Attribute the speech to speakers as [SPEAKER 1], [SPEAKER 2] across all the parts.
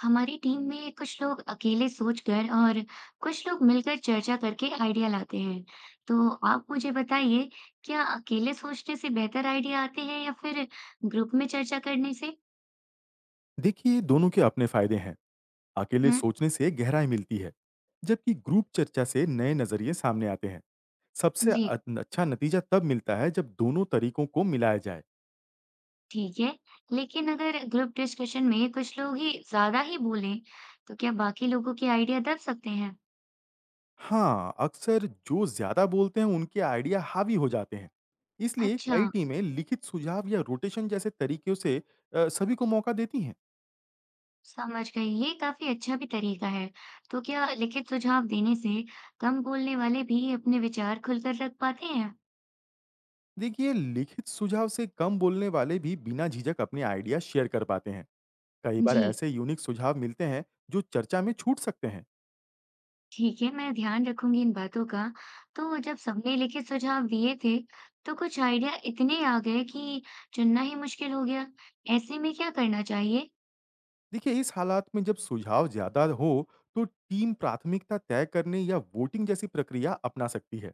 [SPEAKER 1] हमारी टीम में कुछ लोग अकेले सोचकर और कुछ लोग मिलकर चर्चा करके आइडिया लाते हैं। तो आप मुझे बताइए, क्या अकेले सोचने से बेहतर आइडिया आते हैं या फिर ग्रुप में चर्चा करने से?
[SPEAKER 2] देखिए दोनों के अपने फायदे हैं। अकेले
[SPEAKER 1] हम्म।
[SPEAKER 2] सोचने से गहराई मिलती है, जबकि ग्रुप चर्चा से नए नजरिए सामने आते हैं। सबसे
[SPEAKER 1] जी,
[SPEAKER 2] अच्छा नतीजा तब मिलता है जब दोनों तरीकों को मिलाया जाए।
[SPEAKER 1] ठीक है। लेकिन अगर ग्रुप डिस्कशन में कुछ लोग ही ज्यादा ही बोलें, तो क्या बाकी लोगों के आइडिया दब सकते हैं?
[SPEAKER 2] हाँ, अक्सर जो ज्यादा बोलते हैं उनके आइडिया हावी हो जाते हैं। इसलिए
[SPEAKER 1] अच्छा,
[SPEAKER 2] कई टीमें लिखित सुझाव या रोटेशन जैसे तरीकों से सभी को मौका देती हैं।
[SPEAKER 1] समझ गई। ये काफी अच्छा भी तरीका है। तो क्या लिखित सुझाव देने से कम बोलने वाले भी अपने विचार खुलकर रख पाते हैं?
[SPEAKER 2] देखिए, लिखित सुझाव से कम बोलने वाले भी बिना झिझक अपने आइडिया शेयर कर पाते हैं। कई बार
[SPEAKER 1] जी,
[SPEAKER 2] ऐसे यूनिक सुझाव मिलते हैं जो चर्चा में छूट सकते हैं।
[SPEAKER 1] ठीक है, मैं ध्यान रखूँगी इन बातों का। तो जब सबने लिखित सुझाव दिए थे, तो कुछ आइडिया इतने आ गए कि चुनना ही मुश्किल हो गया। ऐसे में क्या करना चाहिए?
[SPEAKER 2] देखिए, इस हालात में जब सुझाव ज्यादा हो तो टीम प्राथमिकता तय करने या वोटिंग जैसी प्रक्रिया अपना सकती है।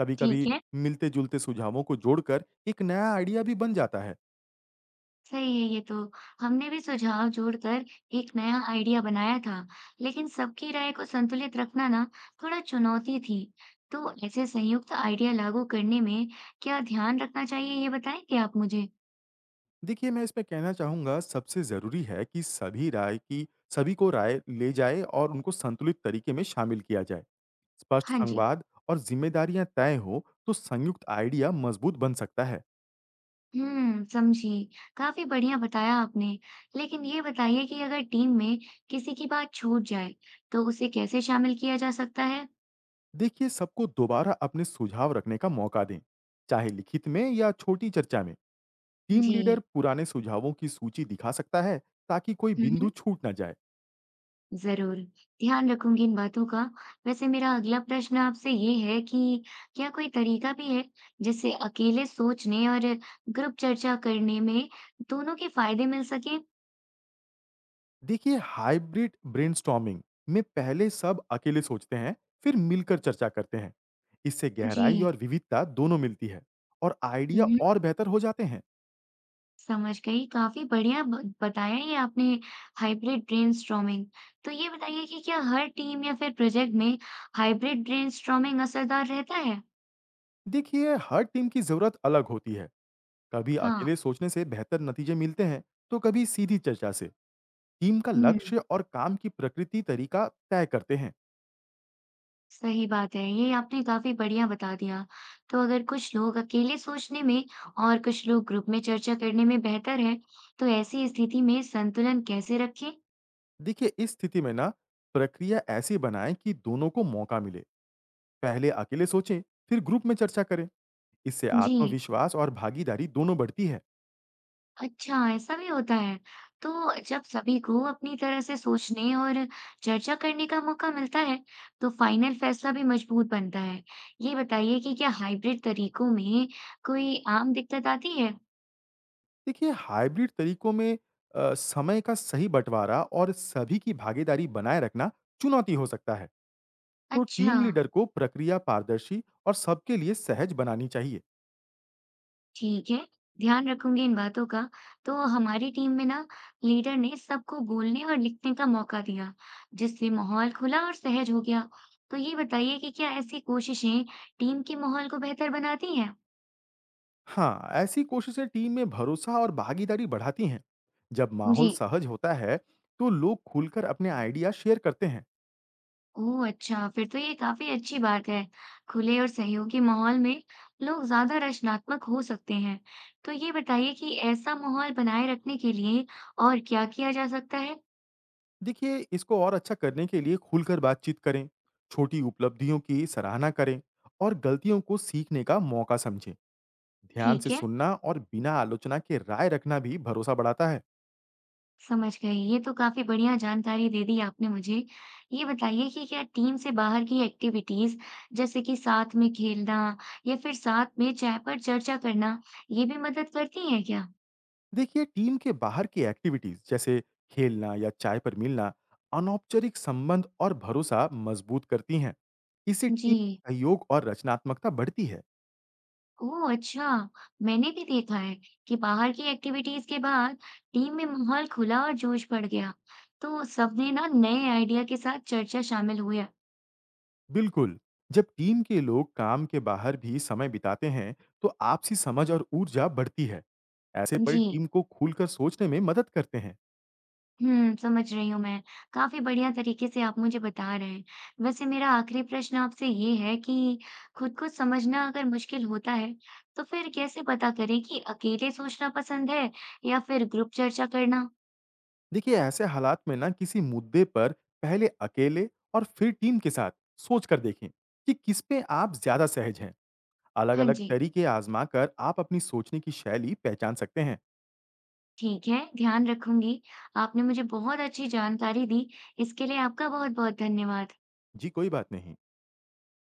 [SPEAKER 2] कभी
[SPEAKER 1] ठीक
[SPEAKER 2] कभी
[SPEAKER 1] है,
[SPEAKER 2] मिलते जुलते सुझावों को जोड़कर एक नया आइडिया भी बन जाता है।
[SPEAKER 1] सही है ये तो। हमने भी सुझाव जोड़कर एक नया आइडिया बनाया था, लेकिन सबकी राय को संतुलित रखना ना थोड़ा चुनौती थी। तो ऐसे संयुक्त आइडिया लागू करने में क्या ध्यान रखना चाहिए, ये बताएंगे आप मुझे?
[SPEAKER 2] देखिए, मैं इसमें कहना चाहूंगा सबसे जरूरी है कि सभी राय की सभी को राय ले जाए और उनको संतुलित तरीके में शामिल किया जाए। स्पष्ट
[SPEAKER 1] हाँ जी।
[SPEAKER 2] संवाद और जिम्मेदारियां तय हो तो संयुक्त आइडिया मजबूत बन सकता है।
[SPEAKER 1] हुँ, समझी। काफ़ी बढ़िया बताया आपने। लेकिन ये बताइए कि अगर टीम में किसी की बात छूट जाए, तो उसे कैसे शामिल किया जा सकता है?
[SPEAKER 2] देखिए, सबको दोबारा अपने सुझाव रखने का मौका दें, चाहे लिखित में या छोटी चर्चा में। टीम
[SPEAKER 1] जी।
[SPEAKER 2] लीडर पुराने सुझावों की सूची दिखा सकता है ताकि कोई
[SPEAKER 1] हुँ, हुँ।
[SPEAKER 2] बिंदु छूट ना जाए।
[SPEAKER 1] ज़रूर, ध्यान रखूँगी इन बातों का। वैसे मेरा अगला प्रश्न आपसे ये है कि क्या कोई तरीका भी है, जिससे अकेले सोचने और ग्रुप चर्चा करने में दोनों के फ़ायदे मिल सकें?
[SPEAKER 2] देखिए, हाइब्रिड ब्रेनस्टॉर्मिंग में पहले सब अकेले सोचते हैं, फिर मिलकर चर्चा करते हैं। इससे
[SPEAKER 1] जी।
[SPEAKER 2] गहराई और विविधता दोनों मिलती है और
[SPEAKER 1] हुँ,
[SPEAKER 2] आइडिया
[SPEAKER 1] हुँ।
[SPEAKER 2] और बेहतर हो जाते हैं।
[SPEAKER 1] समझ गई। काफ़ी बढ़िया ब बताया ये आपने हाइब्रिड ब्रेनस्टॉर्मिंग। तो ये बताइए कि क्या हर टीम या फिर प्रोजेक्ट में हाइब्रिड ब्रेनस्टॉर्मिंग असरदार रहता है?
[SPEAKER 2] देखिए, हर टीम की जरूरत अलग होती है। कभी
[SPEAKER 1] हाँ।
[SPEAKER 2] अकेले सोचने से बेहतर नतीजे मिलते हैं, तो कभी सीधी चर्चा से। टीम का
[SPEAKER 1] हुँ,
[SPEAKER 2] लक्ष्य और काम की प्रकृति तरीका तय करते हैं।
[SPEAKER 1] सही बात है। ये आपने काफ़ी बढ़िया बता दिया। तो अगर कुछ लोग अकेले सोचने में और कुछ लोग ग्रुप में चर्चा करने में बेहतर हैं, तो ऐसी स्थिति में संतुलन कैसे रखें?
[SPEAKER 2] देखिए, इस स्थिति में ना प्रक्रिया ऐसी बनाएं कि दोनों को मौका मिले। पहले अकेले सोचें, फिर ग्रुप में चर्चा करें। इससे
[SPEAKER 1] जी।
[SPEAKER 2] आत्मविश्वास और भागीदारी दोनों बढ़ती है।
[SPEAKER 1] अच्छा, ऐसा भी होता है। तो जब सभी को अपनी तरह से सोचने और चर्चा करने का मौका मिलता है, तो फाइनल फैसला भी मजबूत बनता है। ये बताइए कि क्या हाइब्रिड तरीकों में कोई आम दिक्कत आती है?
[SPEAKER 2] देखिए, हाइब्रिड तरीकों में समय का सही बंटवारा और सभी की भागीदारी बनाए रखना चुनौती हो सकता है। तो
[SPEAKER 1] अच्छा,
[SPEAKER 2] टीम लीडर को प्रक्रिया पारदर्शी और सबके लिए सहज बनानी चाहिए।
[SPEAKER 1] ठीक है। ध्यान रखूंगी इन बातों का। तो हमारी टीम में ना लीडर ने सबको बोलने और लिखने का मौका दिया, जिससे माहौल खुला और सहज हो गया। तो ये बताइए कि क्या ऐसी कोशिशें टीम के माहौल को बेहतर बनाती हैं?
[SPEAKER 2] हाँ, ऐसी कोशिशें टीम में भरोसा और भागीदारी बढ़ाती हैं। जब
[SPEAKER 1] जी।
[SPEAKER 2] माहौल सहज होता है, तो लोग खुलकर अपने आइडिया शेयर करते हैं।
[SPEAKER 1] ओह अच्छा, फिर तो ये काफ़ी अच्छी बात है। खुले और सहयोगी माहौल में लोग ज़्यादा रचनात्मक हो सकते हैं। तो ये बताइए कि ऐसा माहौल बनाए रखने के लिए और क्या किया जा सकता है?
[SPEAKER 2] देखिए, इसको और अच्छा करने के लिए खुलकर बातचीत करें, छोटी उपलब्धियों की सराहना करें और गलतियों को सीखने का मौका समझें। ध्यान
[SPEAKER 1] ठीक
[SPEAKER 2] से
[SPEAKER 1] है,
[SPEAKER 2] सुनना और बिना आलोचना के राय रखना भी भरोसा बढ़ाता है।
[SPEAKER 1] समझ गई। ये तो काफ़ी बढ़िया जानकारी दे दी आपने मुझे। ये बताइए कि क्या टीम से बाहर की एक्टिविटीज़ जैसे कि साथ में खेलना या फिर साथ में चाय पर चर्चा करना, ये भी मदद करती हैं क्या?
[SPEAKER 2] देखिए, टीम के बाहर की एक्टिविटीज़ जैसे खेलना या चाय पर मिलना, अनौपचारिक संबंध और भरोसा मजबूत करती हैं। इससे
[SPEAKER 1] जी।
[SPEAKER 2] टीम सहयोग और रचनात्मकता बढ़ती है।
[SPEAKER 1] ओह अच्छा! मैंने भी देखा है कि बाहर की एक्टिविटीज के बाद टीम में माहौल खुला और जोश बढ़ गया। तो सबने ना नए आइडिया के साथ चर्चा शामिल हुआ।
[SPEAKER 2] बिल्कुल। जब टीम के लोग काम के बाहर भी समय बिताते हैं, तो आपसी समझ और ऊर्जा बढ़ती है। ऐसे पल
[SPEAKER 1] जी।
[SPEAKER 2] टीम को खुलकर सोचने में मदद करते हैं।
[SPEAKER 1] हुँ, समझ रही हूँ मैं। काफ़ी बढ़िया तरीके से आप मुझे बता रहे हैं। वैसे मेरा आखिरी प्रश्न आपसे ये है कि खुद को समझना अगर मुश्किल होता है, तो फिर कैसे पता करें कि अकेले सोचना पसंद है या फिर ग्रुप चर्चा करना?
[SPEAKER 2] देखिए, ऐसे हालात में ना किसी मुद्दे पर पहले अकेले और फिर टीम के साथ सोच कर देखें कि किस पे आप ज़्यादा सहज हैं।
[SPEAKER 1] हाँ
[SPEAKER 2] अलग-अलग
[SPEAKER 1] जी।
[SPEAKER 2] तरीके आज़मा कर आप अपनी सोचने की शैली पहचान सकते हैं।
[SPEAKER 1] ठीक है, ध्यान रखूँगी। आपने मुझे बहुत अच्छी जानकारी दी, इसके लिए आपका बहुत-बहुत धन्यवाद।
[SPEAKER 2] जी, कोई बात नहीं।